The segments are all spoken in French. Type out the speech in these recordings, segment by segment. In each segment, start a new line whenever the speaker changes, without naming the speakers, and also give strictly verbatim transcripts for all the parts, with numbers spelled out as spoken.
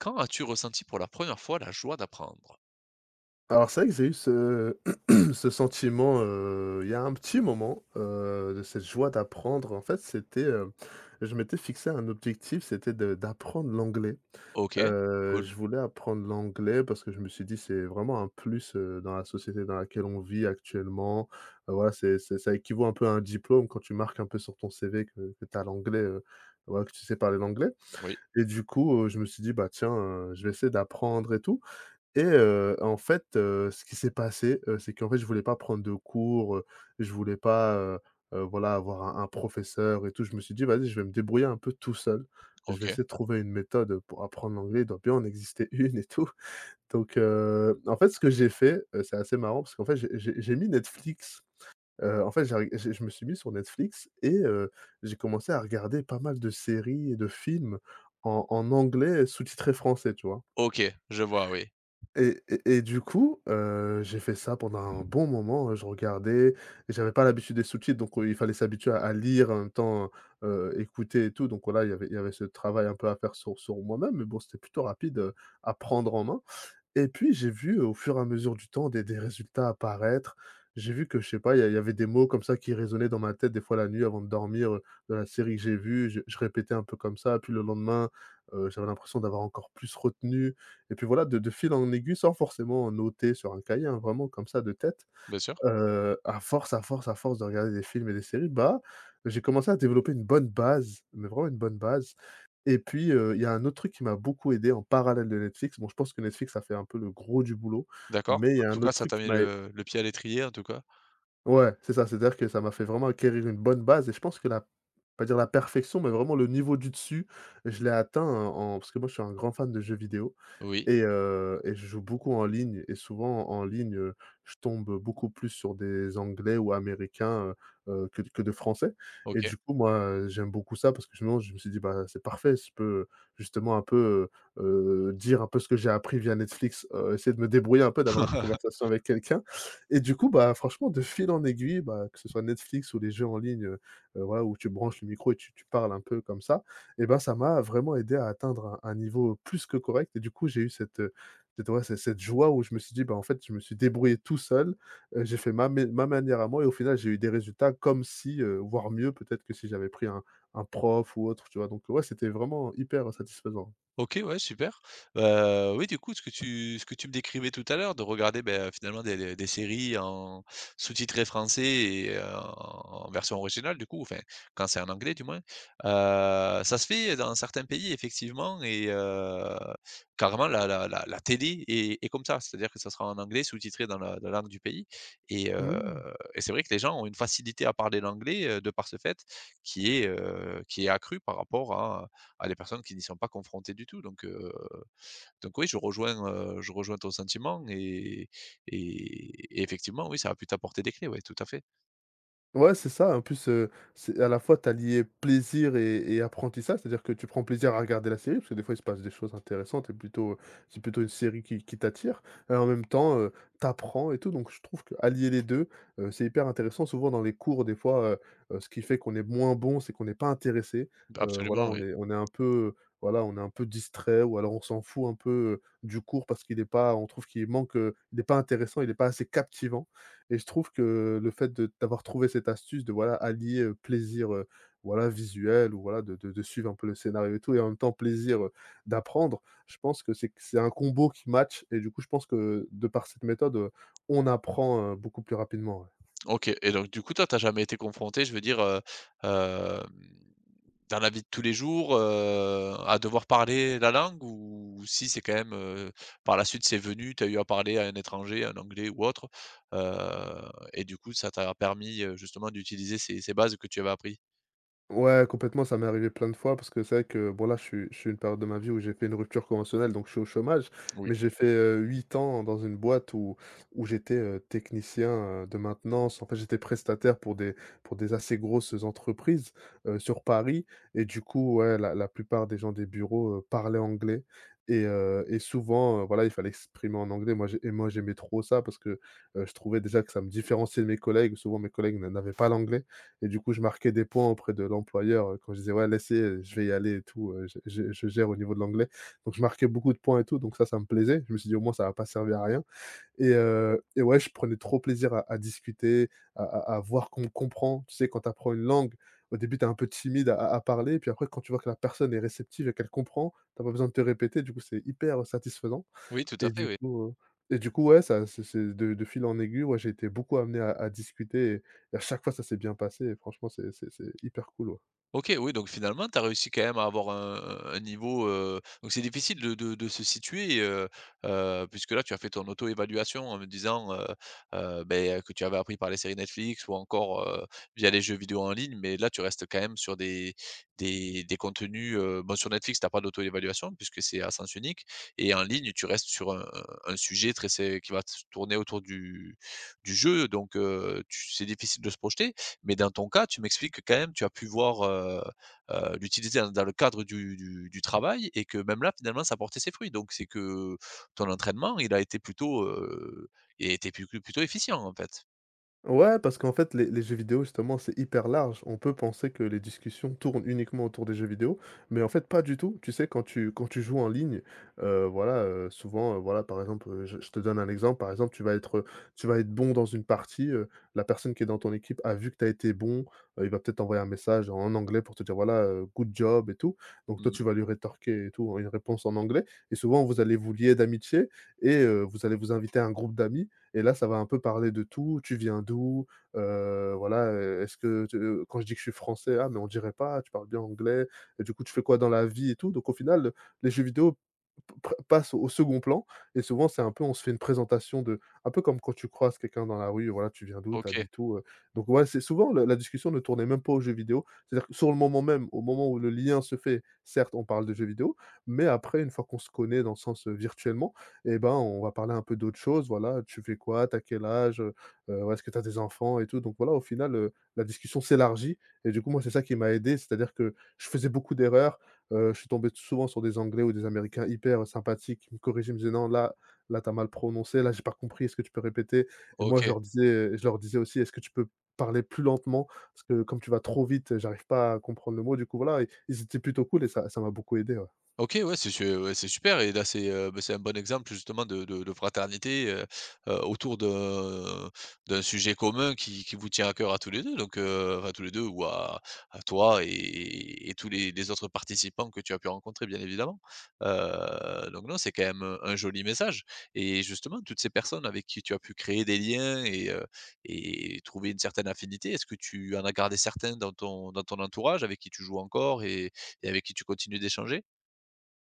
Quand as-tu ressenti pour la première fois la joie d'apprendre?
Alors c'est vrai que j'ai eu ce ce sentiment, heu, il y a un petit moment, heu, de cette joie d'apprendre. En fait, c'était, heu, je m'étais fixé un objectif, c'était de d'apprendre l'anglais.
OK,
Heu,
cool,
je voulais apprendre l'anglais parce que je me suis dit: «C'est vraiment un plus, heu, dans la société dans laquelle on vit actuellement». Heu, voilà, c'est c'est ça équivaut un peu à un diplôme quand tu marques un peu sur ton C V que que tu as l'anglais, heu, voilà, que tu sais parler l'anglais
oui,
et du coup, heu, je me suis dit: «Bah, tiens, heu, je vais essayer d'apprendre et tout». Et heu, en fait, heu, ce qui s'est passé, heu, c'est qu'en fait, je voulais pas prendre de cours, heu, je voulais pas, heu heu, voilà, avoir un un professeur et tout. Je me suis dit: «Vas-y, je vais me débrouiller un peu tout seul. Je vais
OK,
essayer de trouver une méthode, pour apprendre l'anglais, il doit bien en exister une et tout». Donc heu, en fait, ce que j'ai fait, heu, c'est assez marrant parce qu'en fait, j'ai j'ai j'ai mis Netflix, heu, en fait, j'ai reg j'ai je me suis mis sur Netflix et heu, j'ai commencé à regarder pas mal de séries et de films en en anglais sous-titré français, tu vois?
OK, je vois, oui,
Et et et du coup, heu, j'ai fait ça pendant un bon moment, heu, je regardais, et j'avais pas l'habitude des sous-titres, donc, heu, il fallait s'habituer à à lire, en même temps, heu, écouter et tout, donc voilà, il y avait il y avait ce travail un peu à faire sur sur moi-même, mais bon, c'était plutôt rapide, heu, à prendre en main. Et puis j'ai vu au fur et à mesure du temps des des résultats apparaître. J'ai vu que, je sais pas, il y a il y avait des mots comme ça qui résonnaient dans ma tête des fois la nuit avant de dormir, heu, de la série que j'ai vue, je je répétais un peu comme ça, puis le lendemain, heu, j'avais l'impression d'avoir encore plus retenu et puis voilà, de de fil en aiguille sans forcément noter sur un cahier, hein, vraiment comme ça de tête.
bien sûr,
Heu, à force, à force, à force de regarder des films et des séries, bah, j'ai commencé à développer une bonne base, mais vraiment une bonne base et puis, heu, il y a un autre truc qui m'a beaucoup aidé en parallèle de Netflix. Bon, je pense que Netflix a fait un peu le gros du boulot,
d'accord.
mais il y
En
a
tout
un
cas,
autre
ça
truc
t'a
qui
mis
m'a
le le pied à l'étrier, en tout cas.
ouais, c'est ça, c'est-à-dire que ça m'a fait vraiment acquérir une bonne base et je pense que la pas dire la perfection, mais vraiment le niveau du dessus, je l'ai atteint en parce que moi je suis un grand fan de jeux vidéo
Oui,
et heu et je joue beaucoup en ligne et souvent en ligne, heu, je tombe, beaucoup plus sur des anglais ou américains, heu heu, que que de français et
OK.
du coup, moi, heu, j'aime beaucoup ça parce que sinon, je me suis dit: «Bah, c'est parfait, je peux, justement, un peu, heu heu, dire un peu ce que j'ai appris via Netflix, heu, essayer de me débrouiller un peu, d'avoir une conversation avec quelqu'un» et du coup, bah, franchement, de fil en aiguille, bah, que ce soit Netflix ou les jeux en ligne, heu voilà, où tu branches le micro et tu tu parles un peu comme ça, et ben ça m'a vraiment aidé à atteindre un un niveau plus que correct et du coup, j'ai eu cette, heu, cette ouais, cette cette joie où je me suis dit: «Bah, en fait, je me suis débrouillé tout seul, heu, j'ai fait ma mé ma manière à moi» et au final, j'ai eu des résultats comme si, heu, voire mieux peut-être que si j'avais pris un un prof ou autre, tu vois? Donc ouais, c'était vraiment hyper satisfaisant.
OK, ouais, super. Heu, oui, du coup, ce que tu ce que tu me décrivais tout à l'heure, de regarder, ben, finalement des des des séries en sous-titrées français et heu, en version originale, du coup, enfin, quand c'est en anglais, du moins. Heu, ça se fait dans certains pays, effectivement et heu, carrément la la la la télé est est comme ça. C'est-à-dire que ça sera en anglais sous-titré dans la la langue du pays et heu
Mmh.
et c'est vrai que les gens ont une facilité à parler l'anglais, heu, de par ce fait, qui est, heu, qui est accrue par rapport à à des personnes qui n'y sont pas confrontées du tout. Donc, heu, donc oui, je rejoins, heu, je rejoins ton sentiment et et et effectivement, oui, ça a pu t'apporter des clés, oui tout à fait.
Ouais, c'est ça. En plus, heu, c'est à la fois, t'as lié plaisir et et apprentissage. C'est-à-dire que tu prends plaisir à regarder la série, parce que des fois, il se passe des choses intéressantes et plutôt, c'est plutôt une série qui qui t'attire et en même temps, heu, tu et tout. Donc je trouve que allier les deux, heu, c'est hyper intéressant. Souvent dans les cours, des fois, heu heu, ce qui fait qu'on est moins bon, c'est qu'on n'est pas intéressé. Heu, voilà,
Absolument,
on
oui.
est on est un peu, voilà, on est un peu distrait ou alors on s'en fout un peu, heu, du cours parce qu'il n'est pas on trouve qu'il manque, heu, il n'est pas intéressant, il n'est pas assez captivant et je trouve que le fait de d'avoir trouvé cette astuce de, voilà, allier, heu, plaisir, heu, voilà, visuel ou voilà de de de suivre un peu le scénario et tout et en même temps plaisir, heu, d'apprendre, je pense que c'est c'est un combo qui match et du coup, je pense que de par cette méthode, heu, on apprend, heu, beaucoup plus rapidement, ouais.
OK et donc du coup, toi, t'as jamais été confronté, je veux dire, heu, hem, dans la vie de tous les jours, heu, à devoir parler la langue ou si c'est quand même, heu, par la suite, c'est venu, t'as eu à parler à un étranger, un anglais ou autre, heu et du coup, ça t'a permis, heu, justement d'utiliser ces ces bases que tu avais appris?
Ouais, complètement, ça m'est arrivé plein de fois parce que c'est vrai que bon là, je suis je suis une période de ma vie où j'ai fait une rupture conventionnelle, donc je suis au chômage,
Oui.
mais j'ai fait, heu, huit ans dans une boîte où où j'étais, heu, technicien, heu, de maintenance. En fait, j'étais prestataire pour des pour des assez grosses entreprises, heu, sur Paris et du coup, ouais, la la plupart des gens des bureaux, heu, parlaient anglais et heu et souvent, heu, voilà, il fallait s'exprimer en anglais. Moi j'ai et moi j'aimais trop ça parce que, heu, je trouvais déjà que ça me différenciait de mes collègues. Souvent mes collègues n'avaient pas l'anglais et du coup, je marquais des points auprès de l'employeur, heu, quand je disais: «Ouais, laissez, euh, je vais y aller et tout, heu, je je je gère au niveau de l'anglais». Donc je marquais beaucoup de points et tout, donc ça, ça me plaisait. Je me suis dit: «Au moins, ça va pas servir à rien» et heu et ouais, je prenais trop plaisir à à discuter, à à à voir qu'on me comprend. Tu sais, quand tu apprends une langue, au début, tu es un peu timide à à parler, puis après, quand tu vois que la personne est réceptive et qu'elle comprend, tu pas besoin de te répéter, du coup, c'est hyper satisfaisant.
Oui, tout à
Et
fait,
du
oui.
coup, heu et du coup, ouais, ça c'est c'est de de fil en aiguille, ouais, j'ai été beaucoup amené à à discuter et à chaque fois, ça s'est bien passé et franchement, c'est c'est c'est hyper cool, ouais.
OK, oui, donc finalement, tu as réussi quand même à avoir un un niveau, heu donc c'est difficile de de de se situer, heu heu, puisque là, tu as fait ton auto-évaluation en me disant, heu heu, beh, que tu avais appris par les séries Netflix ou encore, heu, via les jeux vidéo en ligne, mais là, tu restes quand même sur des des des contenus, heu, bon, sur Netflix, tu as pas d'auto-évaluation puisque c'est à sens unique et en ligne, tu restes sur un un sujet très c'est qui va se tourner autour du du jeu donc heu, tu c'est difficile de se projeter. Mais dans ton cas, tu m'expliques que quand même tu as pu voir, heu heu, l'utilité dans dans le cadre du du du travail et que même là, finalement, ça portait ses fruits. Donc c'est que ton entraînement, il a été plutôt, heu, il a été plu plutôt efficient, en fait?
Ouais, parce qu'en fait, les les jeux vidéo, justement, c'est hyper large. On peut penser que les discussions tournent uniquement autour des jeux vidéo, mais en fait, pas du tout. Tu sais, quand tu quand tu joues en ligne, heu, voilà, heu, souvent, heu, voilà, par exemple, heu, je je te donne un exemple. Par exemple, tu vas être, tu vas être bon dans une partie, heu, la personne qui est dans ton équipe a vu que tu as été bon, heu, il va peut-être t'envoyer un message en anglais pour te dire, voilà, heu: «Good job» et tout. Donc toi, tu
Mmh.
vas lui rétorquer et tout, hein, une réponse en anglais et souvent, vous allez vous lier d'amitié et heu, vous allez vous inviter à un groupe d'amis et là, ça va un peu parler de tout. Tu viens d'où? Heu, voilà, heu, est-ce que te heu, quand je dis que je suis français: «Ah mais on dirait pas, tu parles bien anglais et du coup tu fais quoi dans la vie et tout?» Donc au final, les jeux vidéo p pre passent au second plan et souvent c'est un peu on se fait une présentation de un peu comme quand tu croises quelqu'un dans la rue, voilà, tu viens d'où? Tu
OK,
habites où? Heu, donc voilà, c'est souvent le la discussion ne tournait même pas aux jeux vidéo. C'est-à-dire que sur le moment même, au moment où le lien se fait, certes on parle de jeux vidéo, mais après une fois qu'on se connaît dans le sens, heu, virtuellement, eh ben, on va parler un peu d'autre chose, voilà, tu fais quoi? T'as quel âge? Heu heu, est-ce que tu as des enfants et tout? Donc voilà, au final, heu, la discussion s'élargit et du coup, moi, c'est ça qui m'a aidé, c'est-à-dire que je faisais beaucoup d'erreurs, heu, je suis tombé souvent sur des Anglais ou des Américains hyper sympathiques qui me corrigeaient, ils me disaient: «Non, là là, t'as mal prononcé, là, j'ai pas compris, est-ce que tu peux répéter?» et moi, je
OK.
leur disais, je leur disais aussi: «Est-ce que tu peux parler plus lentement? Parce que comme tu vas trop vite, j'arrive pas à comprendre le mot». Du coup, voilà, ils ils étaient plutôt cool et ça ça m'a beaucoup aidé, ouais.
OK, ouais, c'est su ouais, c'est super et là, c'est, heu, bah, c'est un bon exemple justement de de de fraternité, heu heu, autour d'un d'un sujet commun qui qui vous tient à cœur à tous les deux, donc heu, enfin, tous les deux ou à à toi et et tous les les autres participants que tu as pu rencontrer, bien évidemment. Heu, donc non, c'est quand même, heu, un joli message et justement, toutes ces personnes avec qui tu as pu créer des liens et heu et trouver une certaine affinité, est-ce que tu en as gardé certains dans ton dans ton entourage avec qui tu joues encore et et avec qui tu continues d'échanger?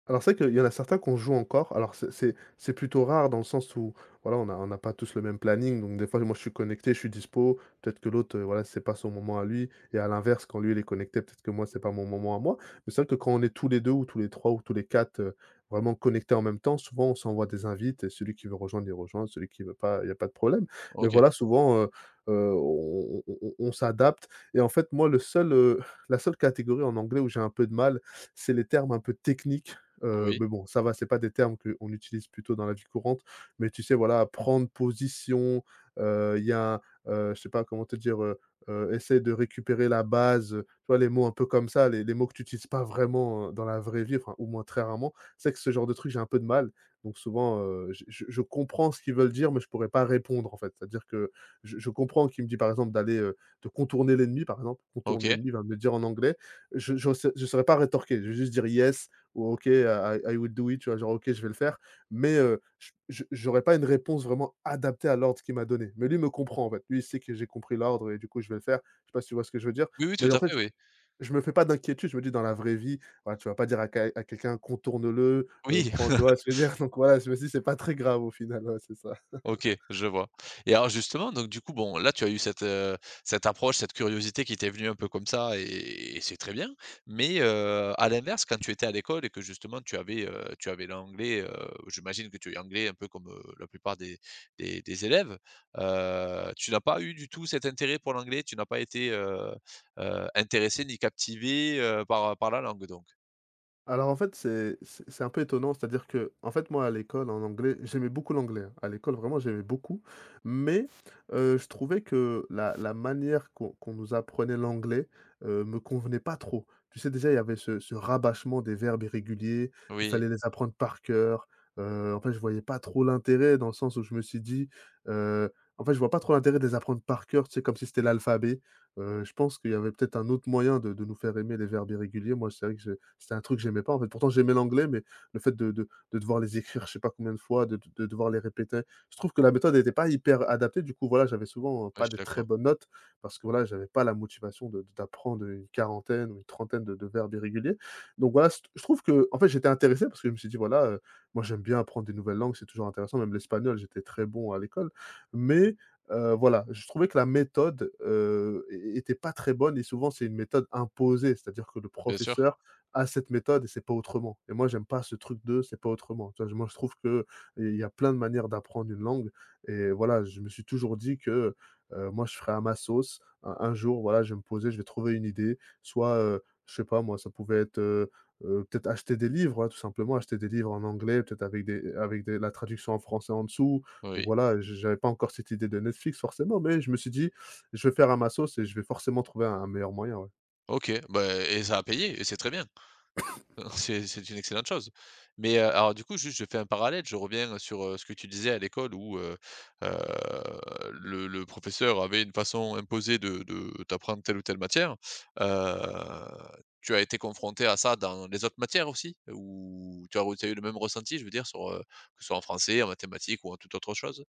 Alors c'est vrai qu'il y en a certains qu'on joue encore. Alors c'est c'est c'est plutôt rare dans le sens où, voilà, on a on n'a pas tous le même planning. Donc des fois, moi, je suis connecté, je suis dispo, peut-être que l'autre, heu, voilà, c'est pas son moment à lui, et à l'inverse, quand lui, il est connecté, peut-être que moi, c'est pas mon moment à moi. Mais c'est vrai que quand on est tous les deux ou tous les trois ou tous les quatre heu, vraiment connectés en même temps, souvent, on s'envoie des invites et celui qui veut rejoindre, il rejoint, celui qui veut pas, il y a pas de problème. Mais
OK.
voilà, souvent, heu heu, on on on on s'adapte. Et en fait, moi, le seul, heu, la seule catégorie en anglais où j'ai un peu de mal, c'est les termes un peu techniques. Heu,
Oui.
mais bon, ça va, c'est pas des termes qu'on utilise plutôt dans la vie courante, mais tu sais, voilà, prendre position, heu, il y a, heu, je sais pas comment te dire, heu heu, essayer de récupérer la base, heu, tu vois les mots un peu comme ça, les les mots que tu utilises pas vraiment, heu, dans la vraie vie, enfin, ou moins très rarement. C'est que ce genre de truc, j'ai un peu de mal, donc souvent, heu, je je je comprends ce qu'ils veulent dire, mais je pourrais pas répondre, en fait. C'est-à-dire que je je comprends qu'il me dit, par exemple, d'aller, heu, de contourner l'ennemi, par exemple, contourne
OK.
l'ennemi, il va me le dire en anglais. Je je sais saurais pas rétorquer, je vais juste dire: «Yes» ou OK, I I will do it, tu vois? Genre OK, je vais le faire, mais heu, j je j'aurais pas une réponse vraiment adaptée à l'ordre qu'il m'a donné. Mais lui me comprend, en fait. Lui, il sait que j'ai compris l'ordre et du coup, je vais le faire. Je sais pas si tu vois ce que je veux dire?
Oui, oui,
Mais
tout
en
à
fait,
fait,
je
oui.
je me fais pas d'inquiétude. Je me dis: «Dans la vraie vie, voilà, tu vas pas dire à quel à quelqu'un: "Contourne-le", heu,
Oui,
prends» tu vois ce que je veux dire? Donc voilà, je me dis: «C'est pas très grave au final», ouais, c'est ça.
OK, je vois et alors justement, donc du coup, bon, là, tu as eu cette, heu, cette approche, cette curiosité qui t'est venue un peu comme ça et et c'est très bien. Mais, heu, à l'inverse, quand tu étais à l'école et que justement tu avais, heu, tu avais l'anglais, heu, j'imagine que tu es anglais un peu comme, heu, la plupart des des des élèves. Heu, tu n'as pas eu du tout cet intérêt pour l'anglais? Tu n'as pas été, heu heu, intéressée ni captivé heu, par, par la langue donc?
Alors en fait, c'est c'est c'est un peu étonnant, c'est-à-dire que en fait, moi, à l'école, en anglais, j'aimais beaucoup l'anglais, hein. À l'école, vraiment, j'aimais beaucoup, mais heu, je trouvais que la la manière qu'on qu'on nous apprenait l'anglais, heu, me convenait pas trop. Tu sais, déjà, il y avait ce ce rabâchement des verbes irréguliers, il
Oui,
fallait les apprendre par cœur. Heu, en fait, je voyais pas trop l'intérêt, dans le sens où je me suis dit, heu, en fait, je vois pas trop l'intérêt de les apprendre par cœur, tu sais, comme si c'était l'alphabet. Heu, je pense qu'il y avait peut-être un autre moyen de de nous faire aimer les verbes irréguliers. Moi, c'est vrai que je c'était un truc que j'aimais pas, en fait. Pourtant, j'aimais l'anglais, mais le fait de de de devoir les écrire, je sais pas combien de fois, de de devoir les répéter, je trouve que la méthode était pas hyper adaptée. Du coup, voilà, j'avais souvent, heu,
oui, je
pas
suis
des très
d'accord.
bonnes notes parce que, voilà, j'avais pas la motivation de de- d'apprendre une quarantaine ou une trentaine de de verbes irréguliers. Donc voilà, c je trouve que en fait, j'étais intéressé parce que je me suis dit: «Voilà, heu, moi, j'aime bien apprendre des nouvelles langues, c'est toujours intéressant». Même l'espagnol, j'étais très bon à l'école, mais heu, voilà, je trouvais que la méthode, heu, é était pas très bonne et souvent, c'est une méthode imposée. C'est-à-dire que le
Bien sûr,
professeur à cette méthode et c'est pas autrement. Et moi, j'aime pas ce truc de c'est pas autrement. Tu vois? je- Moi, je trouve que il y a plein de manières d'apprendre une langue, et voilà, je me suis toujours dit que, heu, moi, je ferai à ma sauce. Un un jour, voilà, je vais me poser, je vais trouver une idée. Soit, heu, je sais pas moi, ça pouvait être, heu heu, peut-être acheter des livres, hein, tout simplement, acheter des livres en anglais, peut-être avec des avec des la traduction en français en dessous, ou
oui.
voilà, je j'avais pas encore cette idée de Netflix forcément, mais je me suis dit: «Je vais faire à ma sauce et je vais forcément trouver un un meilleur moyen», ouais.
OK, bah et ça a payé et c'est très bien. C'est c'est une excellente chose. Mais, heu, alors du coup, juste je fais un parallèle, je reviens sur, heu, ce que tu disais à l'école où, heu heu, le le professeur avait une façon imposée de de t'apprendre telle ou telle matière. Heu, Tu as été confronté à ça dans les autres matières aussi? Ou tu as re tu as eu le même ressenti, je veux dire sur, que ce soit en français, en mathématiques ou en toute autre chose?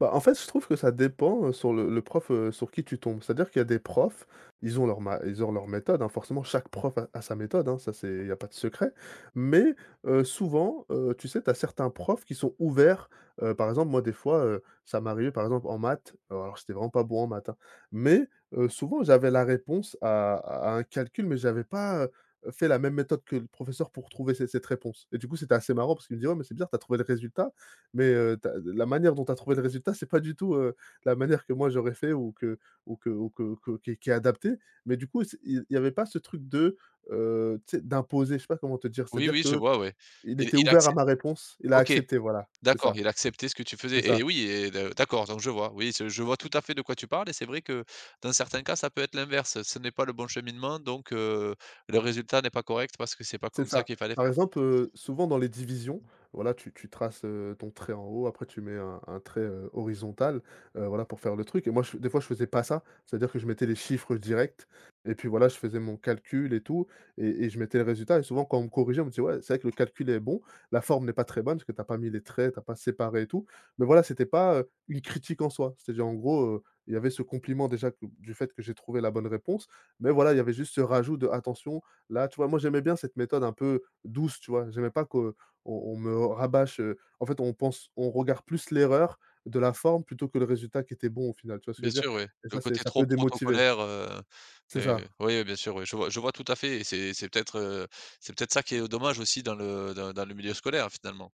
Bah, en fait, je trouve que ça dépend, heu, sur le le prof, heu, sur qui tu tombes. C'est-à-dire qu'il y a des profs, ils ont leur ma ils ont leur méthode, hein, forcément chaque prof a a sa méthode, hein, ça c'est il y a pas de secret. Mais, heu, souvent, heu, tu sais, tu as certains profs qui sont ouverts. Heu, par exemple, moi des fois, heu, ça m'arrivait par exemple en maths, heu, alors j'étais vraiment pas bon en maths, hein, mais, heu, souvent j'avais la réponse à à un calcul, mais j'avais pas, heu, fait la même méthode que le professeur pour trouver cette cette réponse. Et du coup, c'était assez marrant parce qu'il me dit: «Ouais, mais c'est bizarre, tu as trouvé le résultat, mais, heu, tu la manière dont tu as trouvé le résultat, c'est pas du tout, heu, la manière que moi j'aurais fait, ou que ou que ou que que qui est qui est adaptée. Mais du coup, c'est il il y avait pas ce truc de, heu, tu sais, d'imposer, je sais pas comment te dire.
Oui,
C'est-à-dire
oui, je
que
vois, ouais.
il
Il
était
il
ouvert à
accé
ma réponse, il a
OK.
accepté, voilà, c'est
D'accord,
ça,
il acceptait ce que tu faisais
c'est
et
ça.
oui et de d'accord, donc je vois. Oui, ce je vois tout à fait de quoi tu parles et c'est vrai que dans certains cas, ça peut être l'inverse. Ce n'est pas le bon cheminement, donc heu, le résultat n'est pas correct parce que c'est pas
C'est
comme ça
ça.
qu'il fallait
Par
faire.
exemple, heu, souvent dans les divisions,
Mmh.
voilà, tu tu traces, heu, ton trait en haut, après tu mets un un trait, heu, horizontal, heu, voilà, pour faire le truc, et moi, je des fois, je faisais pas ça. C'est-à-dire que je mettais les chiffres directs et puis voilà, je faisais mon calcul et tout, et et je mettais le résultat, et souvent quand on me corrigeait, on me disait: «Ouais, c'est vrai que le calcul est bon, la forme n'est pas très bonne parce que t'as pas mis les traits, t'as pas séparé et tout». Mais voilà, c'était pas, heu, une critique en soi. C'est-à-dire, en gros, heu, il y avait ce compliment déjà que du fait que j'ai trouvé la bonne réponse, mais voilà, il y avait juste ce rajout de: «Attention, là, tu vois, moi, j'aimais bien cette méthode un peu douce, tu vois? J'aimais pas qu'on on me rabâche, heu, en fait, on pense on regarde plus l'erreur de la forme plutôt que le résultat qui était bon au final, tu vois ce que
Bien
je veux dire?
sûr, oui.
Et
Le
ça, c'est
côté
ça
trop
peut démotiver.
protocolaire, heu
C'est
et
ça,
oui, bien sûr, oui, je vois je vois tout à fait et c'est c'est peut-être, heu, c'est peut-être ça qui est dommage aussi dans le dans dans le milieu scolaire, finalement.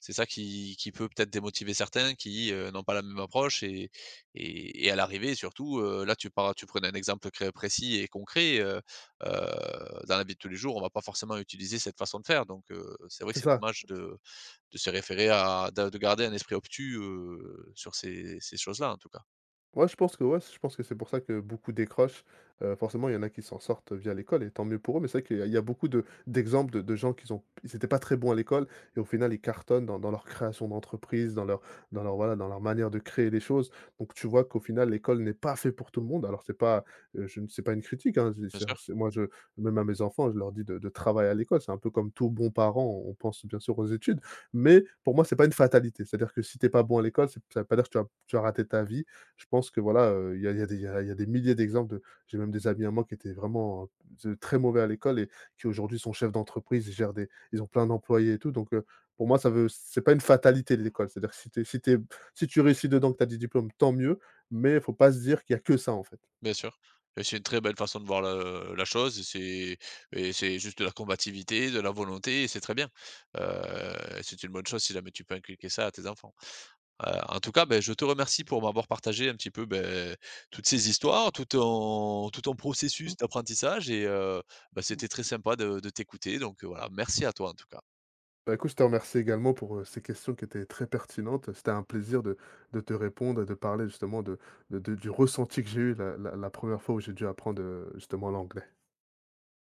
C'est ça qui qui peut peut-être démotiver certains qui, heu, n'ont pas la même approche et et et à l'arrivée surtout, heu, là tu par tu prenais un exemple très précis et concret, heu heu, dans la vie de tous les jours, on va pas forcément utiliser cette façon de faire donc heu, c'est vrai que
c'est
c'est
ça.
dommage de de se référer à de de garder un esprit obtus, heu, sur ces ces choses-là, en tout cas.
Ouais, je pense que ouais, je pense que c'est pour ça que beaucoup décrochent. Heu, forcément, il y en a qui s'en sortent via l'école et tant mieux pour eux, mais c'est vrai qu'il y a il y a beaucoup de d'exemples de de gens qui ont ils étaient pas très bons à l'école, et au final, ils cartonnent dans dans leur création d'entreprise, dans leur dans leur, voilà, dans leur manière de créer les choses. Donc tu vois qu'au final, l'école n'est pas fait pour tout le monde. Alors c'est pas, heu, je ne c'est pas une critique, hein, je
Bien
c'est
sûr.
c'est moi, je même à mes enfants, je leur dis de de travailler à l'école. C'est un peu comme tout bon parent, on pense bien sûr aux études, mais pour moi, c'est pas une fatalité. C'est-à-dire que si t'es pas bon à l'école, c'est ça veut pas dire que tu as tu as raté ta vie. Je pense que voilà, heu, il y a il y a des il y a il y a des milliers d'exemples de J'ai même des amis à moi qui étaient vraiment, heu, de très mauvais à l'école et qui aujourd'hui sont chefs d'entreprise, ils gèrent des ils ont plein d'employés et tout, donc heu, pour moi ça veut c'est pas une fatalité l'école. C'est-à-dire que si tu si tu si tu réussis dedans, que tu as des diplômes, tant mieux, mais il faut pas se dire qu'il y a que ça en fait.
Bien sûr et c'est une très belle façon de voir le la chose et c'est et c'est juste de la combativité, de la volonté et c'est très bien. Heu, c'est une bonne chose si jamais tu peux inculquer ça à tes enfants. Heu, en tout cas, beh, je te remercie pour m'avoir partagé un petit peu, beh, toutes ces histoires, tout ton tout ton processus d'apprentissage et heu, bah, c'était très sympa de de t'écouter donc heu, voilà, merci à toi en tout cas.
Bah, écoute, je te remercie également pour, heu, ces questions qui étaient très pertinentes. C'était un plaisir de de te répondre et de parler justement de de de du ressenti que j'ai eu la la la première fois où j'ai dû apprendre, heu, justement l'anglais.